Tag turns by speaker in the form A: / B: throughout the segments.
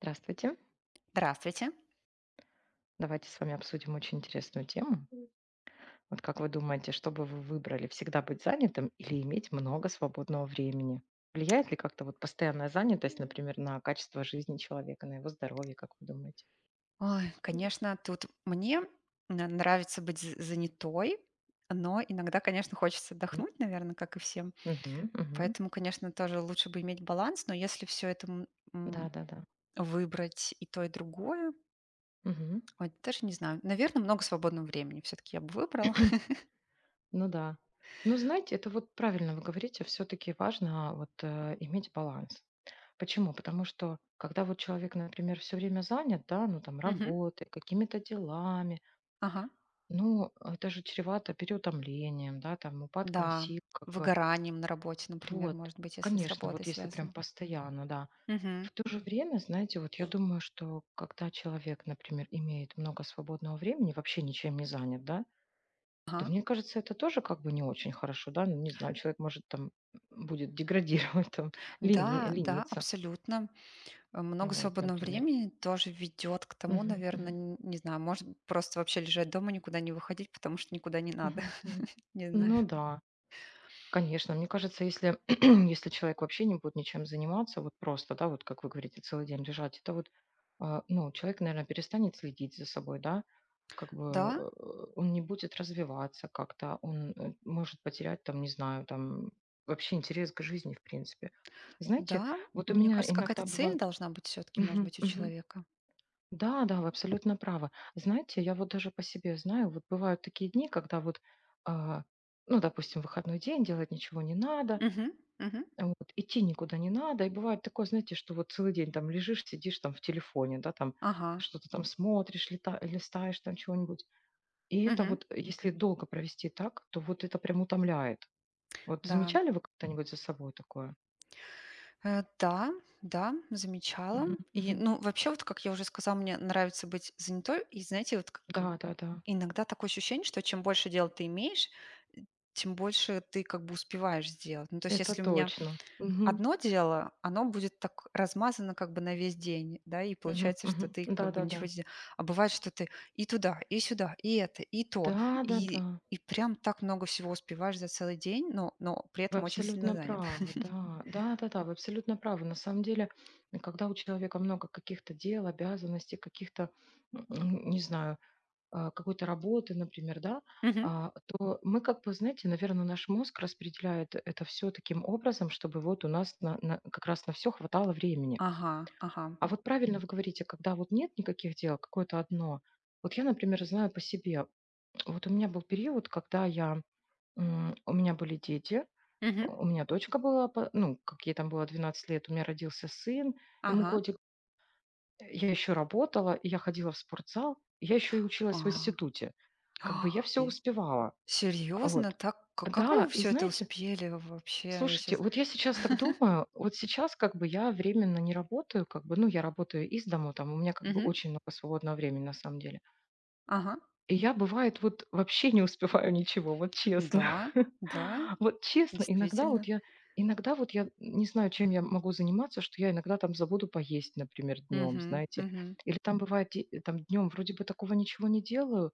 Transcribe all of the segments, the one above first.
A: Здравствуйте.
B: Здравствуйте.
A: Давайте с вами обсудим очень интересную тему. Вот как вы думаете, что бы вы выбрали: всегда быть занятым или иметь много свободного времени? Влияет ли как-то вот постоянная занятость, например, на качество жизни человека, на его здоровье, как вы думаете?
B: Ой, конечно, тут мне нравится быть занятой, но иногда, конечно, хочется
A: М.
B: отдохнуть, наверное, как и всем.
A: Мгм, мгм.
B: Поэтому, конечно, тоже лучше бы иметь баланс, но если все это
A: Да-да-да.
B: выбрать и то, и другое,
A: Мгм.
B: ой, даже не знаю. Наверное, много свободного времени все-таки я бы выбрала.
A: Ну да. Ну, знаете, это вот правильно вы говорите, все таки важно вот, иметь баланс. Почему? Потому что когда вот человек, например, все время занят, да, ну, там,
B: Мгм.
A: работой, какими-то делами.
B: Ага.
A: Ну, это же чревато переутомлением, да, там, упадком
B: Да.
A: сил, как бы.
B: Выгоранием на работе, например,
A: Вот,
B: может быть, если с
A: конечно,
B: работой
A: вот если прям
B: связано.
A: постоянно, да.
B: Мгм.
A: В то же время, знаете, вот я думаю, что когда человек, например, имеет много свободного времени, вообще ничем не занят, да, то
B: Ага.
A: мне кажется, это тоже как бы не очень хорошо, да, ну, не знаю, человек может там будет деградировать, там,
B: Да, да,
A: лениться,
B: абсолютно. Много
A: вот,
B: свободного
A: например.
B: времени тоже ведет к тому,
A: Мгм,
B: наверное,
A: мгм,
B: не знаю, может просто вообще лежать дома, никуда не выходить, потому что никуда не надо.
A: мгм, мгм.
B: Не знаю.
A: Ну да. Конечно, мне кажется, если, если человек вообще не будет ничем заниматься, вот просто, да, вот как вы говорите, целый день лежать, это вот, ну, человек, наверное, перестанет следить за собой, да, как бы
B: Да,
A: он не будет развиваться как-то, он, может потерять там, не знаю, там вообще интерес к жизни, в принципе. Знаете,
B: да,
A: вот у
B: мне
A: меня
B: кажется, какая-то
A: иногда
B: цель
A: бывают.
B: должна быть все-таки, может
A: Мгм,
B: быть, у
A: мгм.
B: человека.
A: Да, да, вы абсолютно правы. Знаете, я вот даже по себе знаю, вот бывают такие дни, когда вот, а, ну, допустим, выходной день, делать ничего не надо,
B: Мгм, мгм.
A: вот, идти никуда не надо. И бывает такое, знаете, что вот целый день там лежишь, сидишь там в телефоне, да, там
B: Ага,
A: что-то там смотришь, листаешь там чего-нибудь. И это
B: мгм.
A: вот, если долго провести так, то вот это прям утомляет. Вот
B: Да,
A: замечали вы когда-нибудь за собой такое?
B: Да, да, замечала.
A: Мгм,
B: И,
A: мгм.
B: ну, вообще, вот, как я уже сказала, мне нравится быть занятой. И, знаете, вот как
A: Да, да, да.
B: иногда такое ощущение, что чем больше дел ты имеешь, тем больше ты как бы успеваешь сделать. Ну, то есть,
A: Это
B: если у меня
A: точно. Мгм,
B: одно дело, оно будет так размазано как бы на весь день, да, и
A: мгм,
B: получается, что
A: мгм.
B: ты
A: Да,
B: как бы
A: да,
B: ничего
A: да.
B: не. А бывает, что ты и туда, и сюда, и это, и то,
A: Да, да, да.
B: и, и прям так много всего успеваешь за целый день, но при
A: Вы
B: этом очень сильно
A: абсолютно
B: занят.
A: правы, да. Да-да-да, вы абсолютно правы. На самом деле, когда у человека много каких-то дел, обязанностей, каких-то, не знаю, какой-то работы, например, да,
B: Мгм.
A: то мы как бы, знаете, наверное, наш мозг распределяет это все таким образом, чтобы вот у нас как раз на все хватало времени.
B: Ага, ага.
A: А вот правильно вы говорите, когда вот нет никаких дел, какое-то одно. Вот я, например, знаю по себе, вот у меня был период, когда я, у меня были дети,
B: Мгм.
A: у меня дочка была, по ну, как ей там было 12 лет, у меня родился сын, ему
B: Ага.
A: годик. Я еще работала, и я ходила в спортзал, и я еще и училась в институте. Как бы я все успевала. А,
B: Серьезно?
A: вот.
B: Так, как вы
A: Да, и
B: все это
A: знаете,
B: успели вообще? Я
A: слушайте,
B: сейчас.
A: вот я сейчас так думаю, вот сейчас как бы я временно не работаю, как бы, ну, я работаю из дому, там у меня как бы очень много свободного времени на самом деле.
B: Ага,
A: И я, бывает, вот вообще не успеваю ничего, вот честно.
B: да, да,
A: Вот честно, иногда вот
B: действительно.
A: я иногда вот я не знаю, чем я могу заниматься, что я иногда там забуду поесть, например, днем,
B: Угу.
A: знаете. Или там бывает, де там днем вроде бы такого ничего не делаю,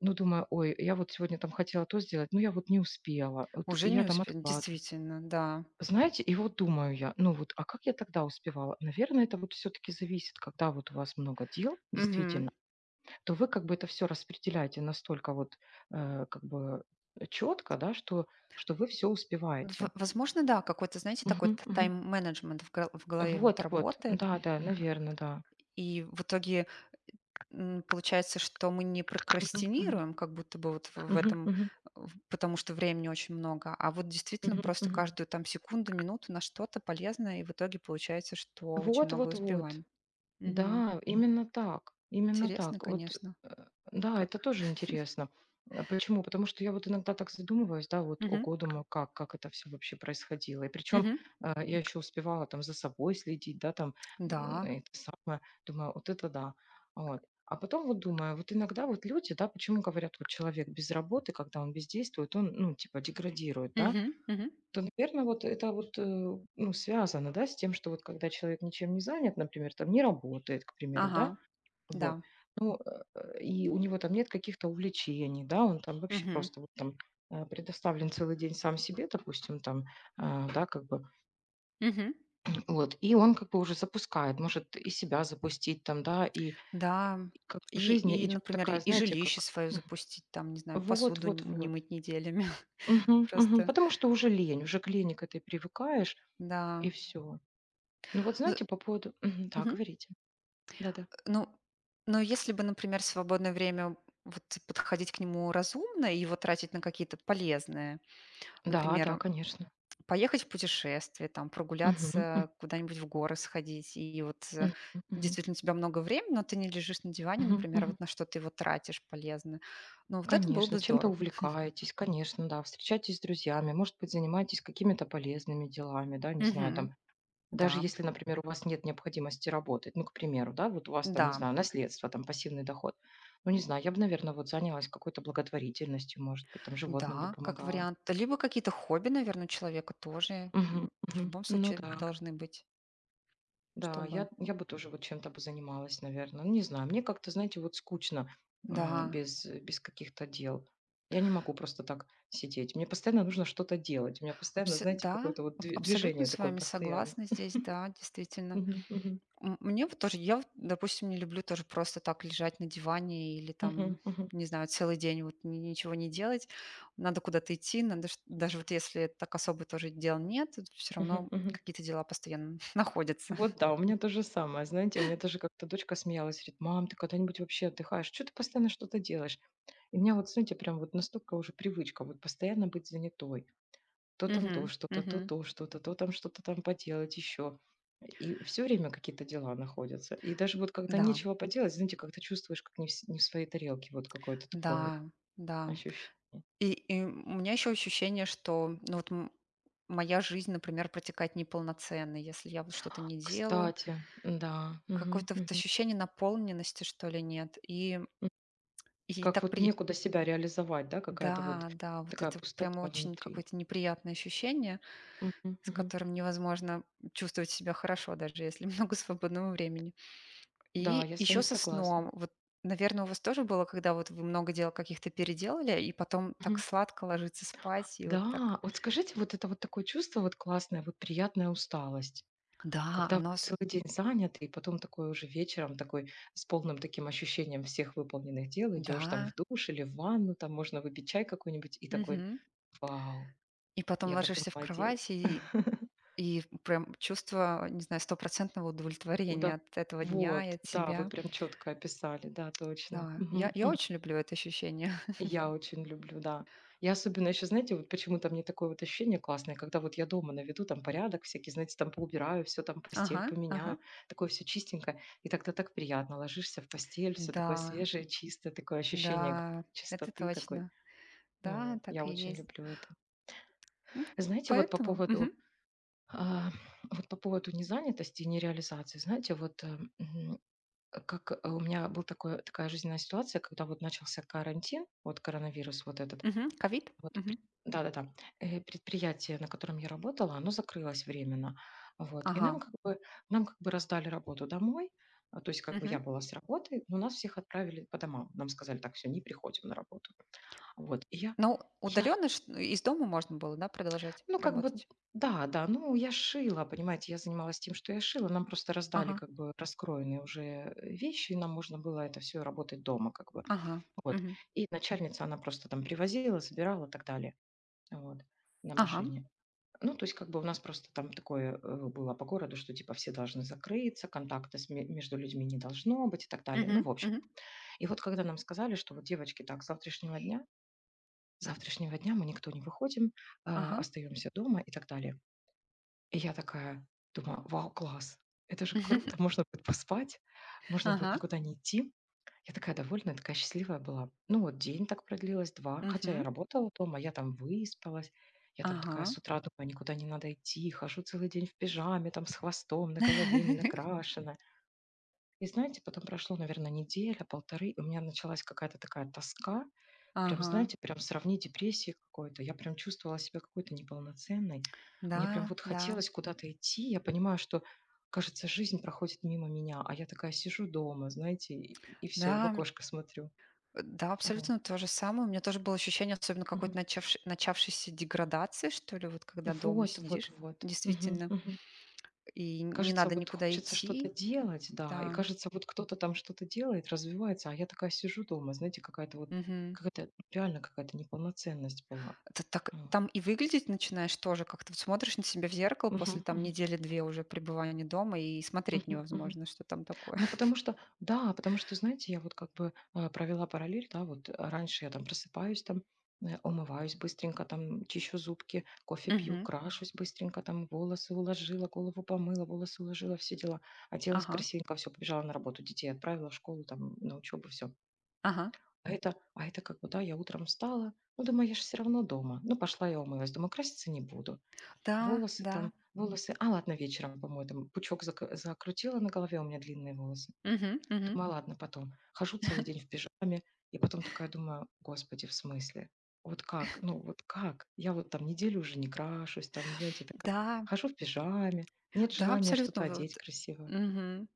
A: но думаю: "Ой, я вот сегодня там хотела то сделать, но я вот не успела". Вот
B: Уже не
A: я там
B: успе,
A: откладываю.
B: действительно, да.
A: Знаете, и вот думаю я: "Ну вот, а как я тогда успевала?" Наверное, это вот все таки зависит, когда вот у вас много дел,
B: Мгм.
A: действительно. То вы как бы это все распределяете настолько вот, как бы четко да, что вы все успеваете.
B: В возможно, да, какой-то, знаете, такой
A: Мгм,
B: т
A: мгм.
B: тайм-менеджмент в голове вот
A: Вот, вот.
B: работает,
A: Да, да, наверное да.
B: и в итоге, получается, что мы не
A: Мгм, мгм,
B: прокрастинируем, как будто бы вот в в
A: мгм,
B: этом,
A: мгм,
B: в потому что времени очень много, а вот действительно
A: мгм,
B: просто
A: мгм.
B: каждую там секунду, минуту на что-то полезное, и в итоге получается, что очень
A: Вот,
B: много
A: вот, вот.
B: успеваем. Мгм.
A: Да, именно так, именно
B: Интересно,
A: так. Вот,
B: конечно,
A: э, да, это
B: как.
A: тоже интересно. Почему? Потому что я вот иногда так задумываюсь, да, вот,
B: Мгм.
A: ого, думаю, как это все вообще происходило. И причем
B: Мгм.
A: я еще успевала там за собой следить, да, там,
B: Да.
A: это самое, думаю, вот это да. Вот. А потом вот думаю, вот иногда вот люди, да, почему говорят, вот человек без работы, когда он бездействует, он, ну, типа, деградирует, да,
B: Мгм. Мгм.
A: то, наверное, вот это вот, ну, связано, да, с тем, что вот когда человек ничем не занят, например, там не работает, к примеру,
B: Ага.
A: да, вот,
B: Да.
A: ну, и у него там нет каких-то увлечений, да, он там вообще
B: Мгм.
A: просто вот там, предоставлен целый день сам себе, допустим, там, да, как бы,
B: Мгм.
A: вот, и он как бы уже запускает, может и себя запустить там, да, и
B: Да.
A: как бы
B: И,
A: жизнь
B: и,
A: идет
B: например,
A: такая,
B: и
A: знаете,
B: жилище
A: как
B: свое запустить, там, не знаю,
A: вот,
B: посуду
A: вот,
B: не
A: вот.
B: мыть неделями.
A: Мгм, мгм.
B: Просто,
A: Потому что уже лень, уже к лени к этой привыкаешь, и
B: да.
A: все. Ну вот
B: Ну,
A: знаете, по поводу. Мгм. Да,
B: мгм.
A: говорите. Да-да.
B: Ну, но если бы, например, свободное время вот подходить к нему разумно и его тратить на какие-то полезные,
A: Да, да,
B: например,
A: конечно.
B: поехать в путешествие, там,
A: Мгм,
B: прогуляться, куда-нибудь в горы сходить, и вот
A: мгм, мгм,
B: действительно у тебя много времени, но ты не лежишь на диване,
A: мгм,
B: например,
A: мгм.
B: вот на что ты его тратишь полезно. Ну, вот это было
A: Конечно,
B: бы
A: чем-то
B: здорово.
A: увлекаетесь, конечно, да, встречаетесь с друзьями, может быть, занимаетесь какими-то полезными делами, да, не знаю,
B: Мгм.
A: там, даже
B: Да.
A: если, например, у вас нет необходимости работать, ну, к примеру, да, вот у вас там,
B: Да,
A: не знаю, наследство, там, пассивный доход, ну, не знаю, я бы, наверное, вот занялась какой-то благотворительностью, может быть, там, животным бы
B: да, как
A: помогала.
B: вариант. Либо какие-то хобби, наверное, у человека тоже
A: Мгм,
B: в
A: мгм.
B: любом
A: Ну
B: случае
A: да.
B: должны быть,
A: Да,
B: чтобы.
A: я бы тоже вот чем-то бы занималась, наверное. Не знаю, мне как-то, знаете, вот скучно,
B: Да,
A: без каких-то дел. Я не могу просто так сидеть. Мне постоянно нужно что-то делать. У меня постоянно, знаете,
B: да,
A: какое-то вот
B: абсолютно
A: движение
B: с
A: такое
B: вами
A: постоянно.
B: согласна здесь, да, действительно.
A: Мгм, мгм,
B: Мне вот тоже, я, вот, допустим, не люблю тоже просто так лежать на диване или
A: мгм,
B: там,
A: мгм,
B: не знаю, целый день вот ничего не делать. Надо куда-то идти, надо, даже вот если так особо тоже дел нет, все
A: мгм,
B: равно
A: мгм.
B: какие-то дела постоянно находятся.
A: Вот да, у меня то же самое. Знаете, у меня даже как-то дочка смеялась, говорит: "Мам, ты когда-нибудь вообще отдыхаешь? Что ты постоянно что-то делаешь?" И у меня вот, знаете, прям вот настолько уже привычка вот постоянно быть занятой. То там то
B: Мгм,
A: что-то, то
B: мгм.
A: то что-то, то там что-то там поделать еще. И все время какие-то дела находятся. И даже вот когда
B: Да.
A: нечего поделать, знаете, как-то чувствуешь, как не в своей тарелке, вот какое-то такое вот
B: Да, да.
A: ощущение.
B: И у меня еще ощущение, что ну, вот моя жизнь, например, протекает неполноценно, если я вот что-то не делаю.
A: Кстати, да, мгм,
B: Какое-то вот
A: мгм,
B: ощущение наполненности, что ли, нет. И,
A: м.
B: и
A: Как
B: так
A: вот
B: при.
A: некуда себя реализовать, да, какая-то вот
B: Да, да, вот
A: такая
B: это
A: пустота
B: прямо очень
A: внутри.
B: какое-то неприятное ощущение,
A: Мгм,
B: с
A: мгм.
B: которым невозможно чувствовать себя хорошо, даже если много свободного времени.
A: Да,
B: И
A: я с вами
B: еще со
A: согласна.
B: сном. Вот, наверное, у вас тоже было, когда вот вы много дел каких-то переделали, и потом так
A: Мгм.
B: сладко ложиться спать, и вот так.
A: Да, вот скажите, вот это вот такое чувство вот классное, вот приятная усталость.
B: Да,
A: Когда
B: оно с,
A: целый день занят, и потом такой уже вечером, такой с полным таким ощущением всех выполненных дел, идешь там в
B: да,
A: душ или в ванну, там можно выпить чай какой-нибудь, и такой,
B: мгм.
A: вау,
B: И потом
A: я такой
B: ложишься в
A: молодец.
B: кровать, и и прям чувство, не знаю, стопроцентного
A: Удов-
B: удовлетворения от этого дня
A: Вот,
B: и от
A: да, вы
B: себя.
A: прям четко описали, да, точно.
B: Да,
A: Мгм,
B: я
A: мгм.
B: очень люблю это ощущение.
A: Я очень люблю, да. Я особенно еще, знаете, вот почему-то мне такое вот ощущение классное, когда вот я дома наведу там порядок всякий, знаете, там поубираю, все там постель
B: Ага, ага.
A: поменяю, такое все чистенькое, и тогда так приятно, ложишься в постель, все такое
B: Да,
A: свежее, чистое, такое ощущение как
B: да, это
A: чистоты такой.
B: точно.
A: Ну
B: Да,
A: вот,
B: так
A: я
B: и
A: очень
B: есть.
A: люблю это.
B: М,
A: Знаете, вот по
B: поэтому мгм,
A: поводу, а, вот по поводу незанятости и нереализации, знаете, как, у меня была такая жизненная ситуация, когда вот начался карантин, вот коронавирус вот этот,
B: мгм. Ковид?
A: вот,
B: Мгм.
A: пред да-да-да. Предприятие, на котором я работала, оно закрылось временно. Вот, и
B: Ага,
A: нам как бы раздали работу домой. А, то есть как бы
B: мгм.
A: я была с работы, но нас всех отправили по домам. Нам сказали: "Так, все не приходим на работу". Вот, и я
B: Ну,
A: я,
B: удаленно из дома можно было, да, продолжать
A: ну, как бы
B: работать?
A: да-да, ну, я шила, понимаете, я занималась тем, что я шила. Нам просто раздали
B: Ага,
A: как бы раскроенные уже, вещи, и нам можно было это все работать дома как бы.
B: ага,
A: Вот,
B: мгм.
A: и начальница, она просто там привозила, забирала и так далее. Вот. На
B: Ага,
A: машине. Ну, то есть как бы у нас просто там такое, было по городу, что типа все должны закрыться, контакта между людьми не должно быть и так далее.
B: мгм,
A: Ну, в общем.
B: мгм.
A: И вот когда нам сказали, что вот девочки, так, с завтрашнего дня мы никто не выходим,
B: Ага.
A: остаемся дома и так далее. И я такая думаю, вау, класс, это же круто, можно будет поспать, можно будет
B: Ага.
A: никуда не идти. Я такая довольная, такая счастливая была. Ну вот день так продлилось, два, хотя я
B: Мгм.
A: работала дома, я там выспалась. Я там такая
B: Ага.
A: с утра думаю, никуда не надо идти, хожу целый день в пижаме, там с хвостом на голове, не накрашена. И знаете, потом прошло, наверное, неделя, полторы, и у меня началась какая-то такая тоска, прям,
B: Ага.
A: знаете, прям сравни депрессии какой-то. Я прям чувствовала себя какой-то неполноценной. Мне прям
B: Да,
A: вот
B: да.
A: хотелось куда-то идти. Я понимаю, что кажется, жизнь проходит мимо меня, а я такая сижу дома, знаете, и все, и в
B: Да,
A: окошко смотрю.
B: да,
A: Вот.
B: абсолютно то же самое. У меня тоже было ощущение, особенно какой-то
A: Мгм.
B: начавши начавшейся деградации, что ли, вот когда дома
A: Вот, вот,
B: сидишь,
A: вот. Мгм,
B: действительно,
A: мгм.
B: и не
A: Кажется,
B: надо
A: вот
B: никуда
A: хочется что-то
B: идти.
A: делать, да, и
B: Да.
A: кажется, вот кто-то там что-то делает, развивается, а я такая сижу дома, знаете, какая-то вот,
B: Мгм.
A: какая-то реально какая-то неполноценность была.
B: Это так
A: Вот.
B: там и выглядеть начинаешь тоже как-то. Вот смотришь на себя в зеркало после
A: Мгм,
B: там
A: мгм,
B: недели-две уже пребывания дома, и смотреть
A: мгм, мгм.
B: невозможно, что там такое.
A: Ну, потому что, да, потому что, знаете, я вот как бы, провела параллель, да, вот, раньше я там просыпаюсь, там, умываюсь быстренько, там чищу зубки, кофе пью,
B: Мгм.
A: крашусь быстренько, там волосы уложила, голову помыла, волосы уложила, все дела, оделась
B: Ага.
A: красивенько, все, побежала на работу, детей отправила в школу, там, на учебу, все.
B: Ага.
A: А это как бы, да, я утром встала, ну, думаю, я же все равно дома. Ну, пошла я умылась, думаю, краситься не буду.
B: Да,
A: Волосы
B: да.
A: там, волосы, а ладно, вечером помою, там пучок закрутила на голове, у меня длинные волосы.
B: Мгм, мгм.
A: Думаю, ладно, потом. Хожу целый день в пижаме, и потом такая думаю: "Господи, в смысле? Вот как? Ну вот как? Я вот там неделю уже не крашусь, там, знаете, такая,
B: Да,
A: хожу в пижаме, нет
B: да,
A: желания
B: абсолютно.
A: что-то одеть
B: Вот,
A: красиво".
B: мгм.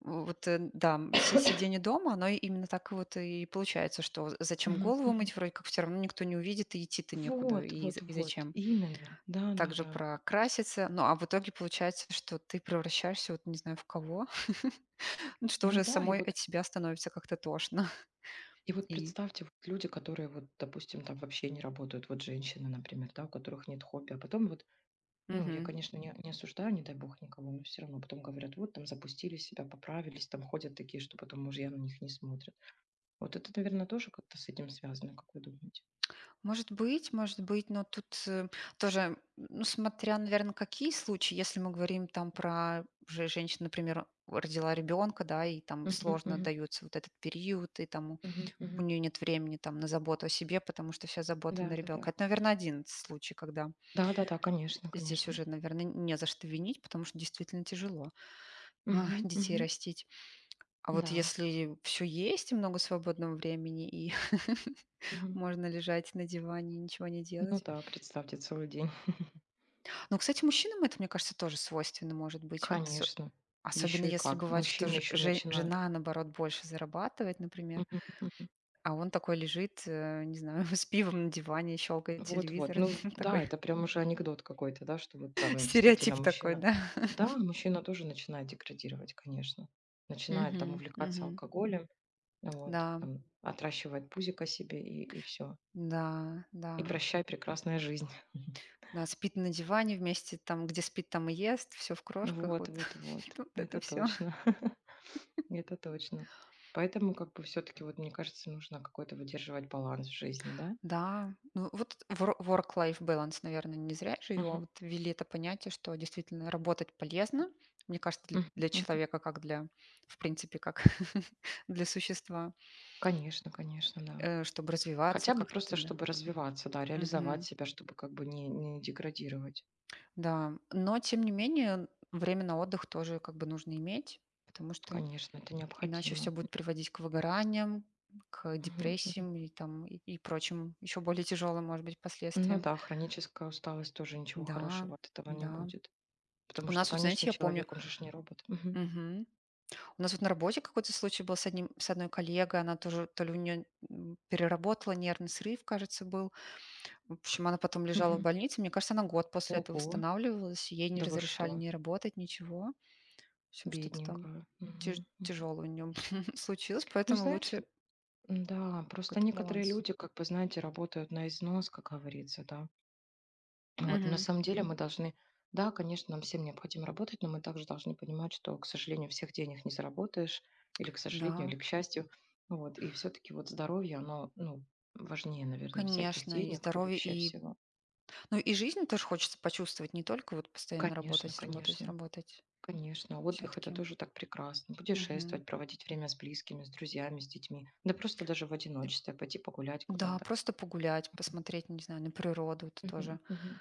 B: Вот, да, си сидение дома, оно и именно так вот и получается, что зачем
A: Мгм,
B: голову
A: мгм.
B: мыть, вроде как все равно никто не увидит, и идти-то некуда,
A: Вот,
B: и,
A: вот,
B: и
A: вот,
B: зачем.
A: именно,
B: Также
A: да-да-да.
B: прокраситься, ну а в итоге получается, что ты превращаешься вот не знаю в кого, ну, что
A: Ну
B: уже
A: да, и
B: самой от
A: вот
B: себя становится как-то тошно.
A: и вот
B: И,
A: представьте, вот люди, которые вот, допустим, там вообще не работают, вот женщины, например, да, у которых нет хобби, а потом вот. Ну, я,
B: мгм.
A: конечно, не осуждаю, не дай бог, никого, но все равно потом говорят: "Вот там запустили себя, поправились", там ходят такие, что потом мужья на них не смотрят. Вот это, наверное, тоже как-то с этим связано, как вы думаете?
B: Может быть, но тут, тоже, ну, смотря, наверное, какие случаи. Если мы говорим там про же женщину, например, родила ребенка, да, и там
A: Мгм,
B: сложно
A: мгм,
B: даётся вот этот период, и там
A: мгм,
B: у
A: мгм.
B: нее нет времени там на заботу о себе, потому что вся забота на
A: Да-да-да.
B: ребенка. Это, наверное, один случай, когда
A: Да-да-да, конечно,
B: здесь
A: конечно.
B: уже, наверное, не за что винить, потому что действительно тяжело,
A: Мгм,
B: детей
A: мгм.
B: растить. А вот
A: Да.
B: если все есть и много свободного времени, и
A: Мгм.
B: можно лежать на диване и ничего не
A: Ну
B: делать.
A: да, представьте целый день.
B: Ну, кстати, мужчинам это, мне кажется, тоже свойственно может быть. Вот
A: Конечно.
B: особенно
A: Еще и
B: если
A: как.
B: бывает, что
A: Мужчины
B: ж-
A: еще
B: же-
A: начинают.
B: жена, наоборот, больше зарабатывает, например,
A: Мгм, мгм.
B: а он такой лежит, не знаю, с пивом на диване, щелкает
A: Вот-вот.
B: телевизор.
A: Ну
B: Ну, такой
A: да, это прям уже анекдот какой-то, да, что вот там действительно
B: стереотип такой,
A: мужчина.
B: да.
A: Да, мужчина тоже начинает деградировать, конечно. Начинает там
B: Мгм,
A: увлекаться
B: мгм.
A: алкоголем, вот,
B: Да,
A: там, отращивает пузико себе и все.
B: да, да.
A: И прощай, прекрасная жизнь.
B: Да, спит на диване вместе, там, где спит, там и ест, все в крошках,
A: Вот,
B: вот,
A: вот, вот.
B: вот это
A: Это
B: все.
A: точно. Это точно. Поэтому, как бы, все-таки, вот, мне кажется, нужно какой-то выдерживать баланс в жизни, да?
B: Да, ну вот work-life balance, наверное, не зря же его
A: Мгм.
B: вот ввели это понятие, что действительно работать полезно, мне кажется, для,
A: Мгм.
B: для
A: Мгм.
B: человека, как для, в принципе, как для существа,
A: Конечно, конечно, да.
B: чтобы развиваться
A: Хотя бы
B: как-то,
A: просто,
B: да.
A: чтобы развиваться, да, реализовать
B: Мгм.
A: себя, чтобы как бы не деградировать.
B: Да, но тем не менее время на отдых тоже как бы нужно иметь, потому что
A: Конечно, это
B: иначе все
A: необходимо.
B: будет приводить к выгораниям, к
A: Мгм, мгм.
B: депрессиям и там и прочим еще более тяжелым, может быть,
A: Ну
B: последствиям.
A: да, хроническая усталость тоже ничего
B: Да,
A: хорошего от этого не
B: да.
A: будет. Потому
B: У
A: что,
B: нас, вот, знаете,
A: конечно,
B: я помню.
A: человек, он же ж не робот. Мгм,
B: Мгм. У нас вот на работе какой-то случай был с одним, с одной коллегой, она тоже, то ли у нее переработала нервный срыв, кажется, был. В общем, она потом лежала в
A: мгм.
B: больнице. Мне кажется, она год после этого
A: Ого,
B: восстанавливалась, и ей не
A: да вы
B: разрешали
A: что,
B: не работать, ничего. В общем, что-то там
A: бедненькая. Мгм, мгм.
B: тяжелое у нее случилось,
A: Ну,
B: поэтому лучше
A: знаете, да, просто
B: какой-то
A: некоторые
B: баланс.
A: люди, как бы, знаете, работают на износ, как говорится, да. Вот, на
B: Мгм.
A: самом деле мы должны, да, конечно, нам всем необходимо работать, но мы также должны понимать, что, к сожалению, всех денег не заработаешь, или к сожалению,
B: Да,
A: или к счастью. Вот, и все-таки вот здоровье, оно, ну, важнее, наверное, всяких
B: конечно, и
A: денег и
B: здоровье,
A: вообще
B: и.
A: всего.
B: Ну, и жизнь тоже хочется почувствовать, не только вот постоянно
A: Конечно,
B: работать, работать,
A: конечно,
B: работать.
A: конечно. Отдых– это
B: Все-таки.
A: тоже так прекрасно. Путешествовать, проводить время с близкими, с друзьями, с детьми. Да просто даже в одиночестве пойти погулять
B: Да,
A: куда-то.
B: просто погулять, посмотреть, не знаю, на природу, это тоже
A: Мгм, мгм.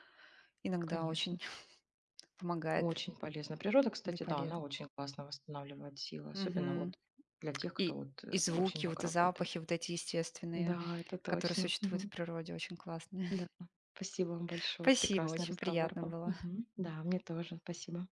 B: иногда
A: Конечно.
B: очень помогает
A: Очень полезно. Природа,
B: и
A: кстати, да, она
B: полезно.
A: очень классно восстанавливает силы, особенно
B: Мгм.
A: вот для тех, кто
B: И,
A: вот,
B: и
A: очень
B: звуки,
A: много
B: вот и
A: работает.
B: запахи вот эти естественные,
A: Да, это
B: которые
A: точно.
B: существуют в
A: Мгм.
B: природе, очень классные.
A: Да. Спасибо вам большое.
B: Спасибо,
A: Прекрасный
B: очень
A: разговор
B: приятно
A: был.
B: было.
A: Мгм. Да, мне тоже. Спасибо.